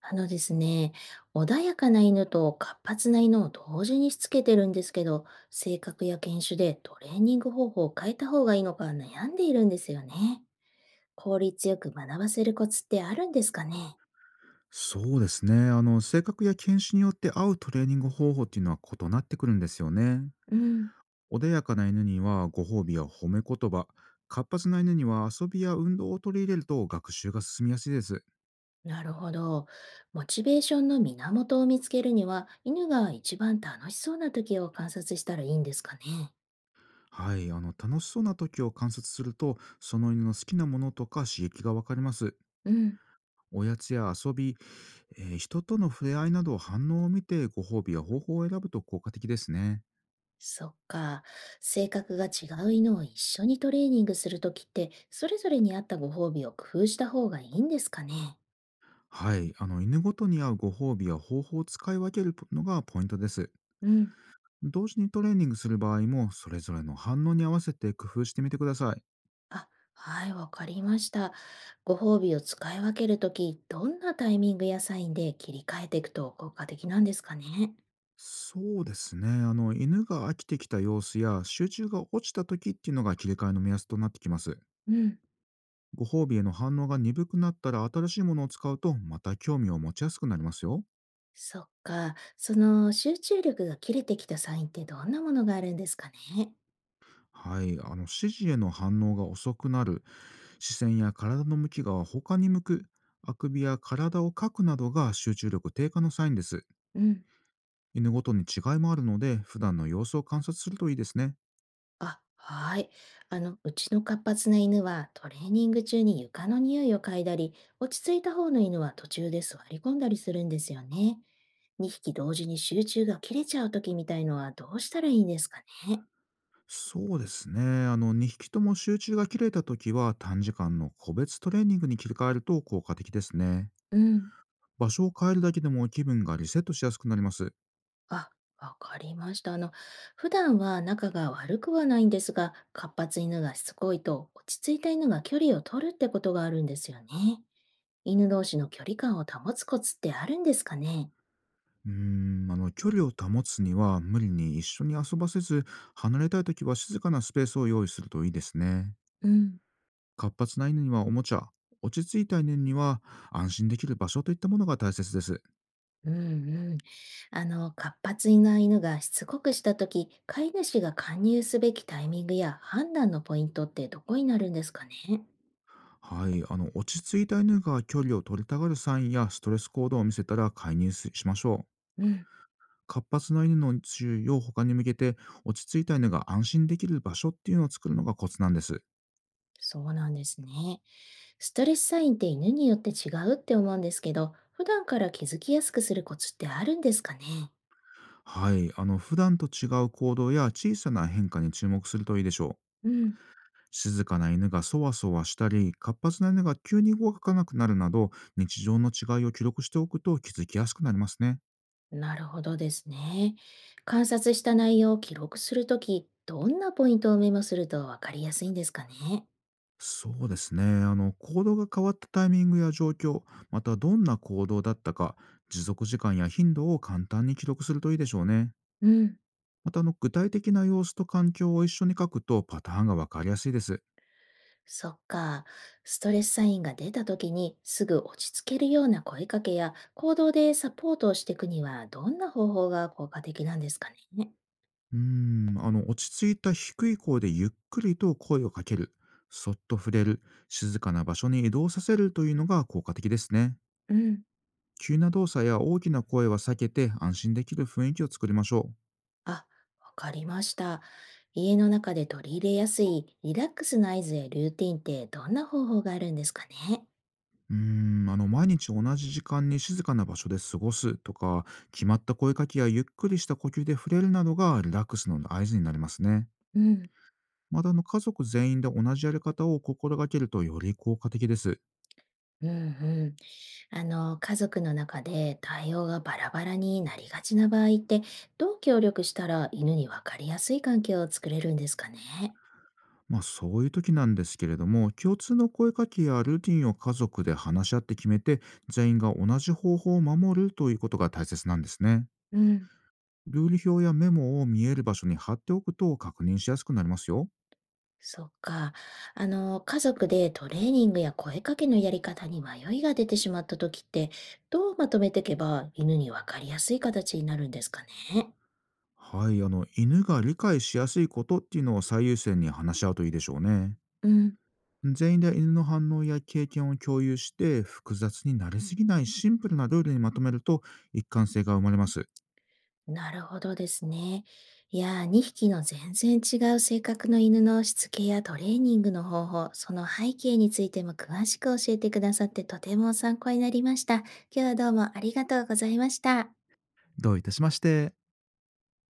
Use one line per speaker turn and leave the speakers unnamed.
あのですね、穏やかな犬と活発な犬を同時にしつけてるんですけど、性格や犬種でトレーニング方法を変えた方がいいのか悩んでいるんですよね。効率よく学ばせるコツってあるんですかね。
そうですね。性格や犬種によって合うトレーニング方法っていうのは異なってくるんですよね。
うん、
穏やかな犬にはご褒美や褒め言葉、活発な犬には遊びや運動を取り入れると学習が進みやすいです。
なるほど。モチベーションの源を見つけるには、犬が一番楽しそうな時を観察したらいいんですかね。
はい、楽しそうな時を観察すると、その犬の好きなものとか刺激がわかります。
うん。
おやつや遊び、人との触れ合いなど反応を見てご褒美や方法を選ぶと効果的ですね。
そっか。性格が違う犬を一緒にトレーニングするときって、それぞれに合ったご褒美を工夫した方がいいんですかね。
はい、犬ごとに合うご褒美や方法を使い分けるのがポイントです。
うん。
同時にトレーニングする場合も、それぞれの反応に合わせて工夫してみてください。
あ、はい、わかりました。ご褒美を使い分けるとき、どんなタイミングやサインで切り替えていくと効果的なんですかね。
そうですね。犬が飽きてきた様子や集中が落ちた時っていうのが切り替えの目安となってきます。
うん。
ご褒美への反応が鈍くなったら新しいものを使うとまた興味を持ちやすくなりますよ。
そっか。その集中力が切れてきたサインってどんなものがあるんですかね。
はい。指示への反応が遅くなる、視線や体の向きが他に向く、あくびや体をかくなどが集中力低下のサインです。
うん。
犬ごとに違いもあるので、普段の様子を観察するといいですね。
あ、はい。うちの活発な犬はトレーニング中に床の匂いを嗅いだり、落ち着いた方の犬は途中で座り込んだりするんですよね。2匹同時に集中が切れちゃう時みたいのはどうしたらいいんですかね。
そうですね。2匹とも集中が切れた時は、短時間の個別トレーニングに切り替えると効果的ですね。
うん。
場所を変えるだけでも気分がリセットしやすくなります。
あ、わかりました。普段は仲が悪くはないんですが、活発犬がしつこいと落ち着いた犬が距離を取るってことがあるんですよね。犬同士の距離感を保つコツってあるんですかね。
距離を保つには無理に一緒に遊ばせず、離れたい時は静かなスペースを用意するといいですね。
うん。
活発な犬にはおもちゃ、落ち着いた犬には安心できる場所といったものが大切です。
うんうん。活発な犬がしつこくしたとき、飼い主が加入すべきタイミングや判断のポイントってどこになるんですかね。
はい、落ち着いた犬が距離を取りたがるサインやストレス行動を見せたら介入ししましょう。
うん、
活発な犬の周囲を他に向けて落ち着いた犬が安心できる場所っていうのを作るのがコツなんです。
そうなんですね。ストレスサインって犬によって違うって思うんですけど、普段から気づきやすくするコツってあるんですかね。
はい、普段と違う行動や小さな変化に注目するといいでしょう。
うん、
静かな犬がそわそわしたり、活発な犬が急に動かなくなるなど、日常の違いを記録しておくと気づきやすくなりますね。
なるほどですね。観察した内容を記録するとき、どんなポイントをメモするとわかりやすいんですかね。
そうですね。行動が変わったタイミングや状況、またどんな行動だったか、持続時間や頻度を簡単に記録するといいでしょうね。
うん。
また具体的な様子と環境を一緒に書くとパターンがわかりやすいです。
そっか。ストレスサインが出た時にすぐ落ち着けるような声かけや行動でサポートをしていくにはどんな方法が効果的なんですかね。
落ち着いた低い声でゆっくりと声をかける、そっと触れる、静かな場所に移動させるというのが効果的ですね。
うん。
急な動作や大きな声は避けて安心できる雰囲気を作りましょ
あ、わかりました。家の中で取り入れやすいリラックスの合図やルーティンってどんな方法があるんですかね。
う。毎日同じ時間に静かな場所で過ごすとか、決まった声かけやゆっくりした呼吸で触れるなどがリラックスの合図になりますね。
うん。
また家族全員で同じやり方を心がけるとより効果的です。
うんうん。家族の中で対応がバラバラになりがちな場合ってどう協力したら犬にわかりやすい関係を作れるんですかね。
まあそういう時なんですけれども、共通の声かけやルーティンを家族で話し合って決めて、全員が同じ方法を守るということが大切なんですね。
うん。
ルール表やメモを見える場所に貼っておくと確認しやすくなりますよ。
そっか。家族でトレーニングや声かけのやり方に迷いが出てしまった時って、どうまとめていけば犬にわかりやすい形になるんですかね。
はい、犬が理解しやすいことっていうのを最優先に話し合うといいでしょうね。
うん、
全員で犬の反応や経験を共有して複雑になりすぎないシンプルなルールにまとめると一貫性が生まれます。
なるほどですね。いやー、2匹の全然違う性格の犬のしつけやトレーニングの方法、その背景についても詳しく教えてくださってとても参考になりました。今日はどうもありがとうございました。
どういたしまして。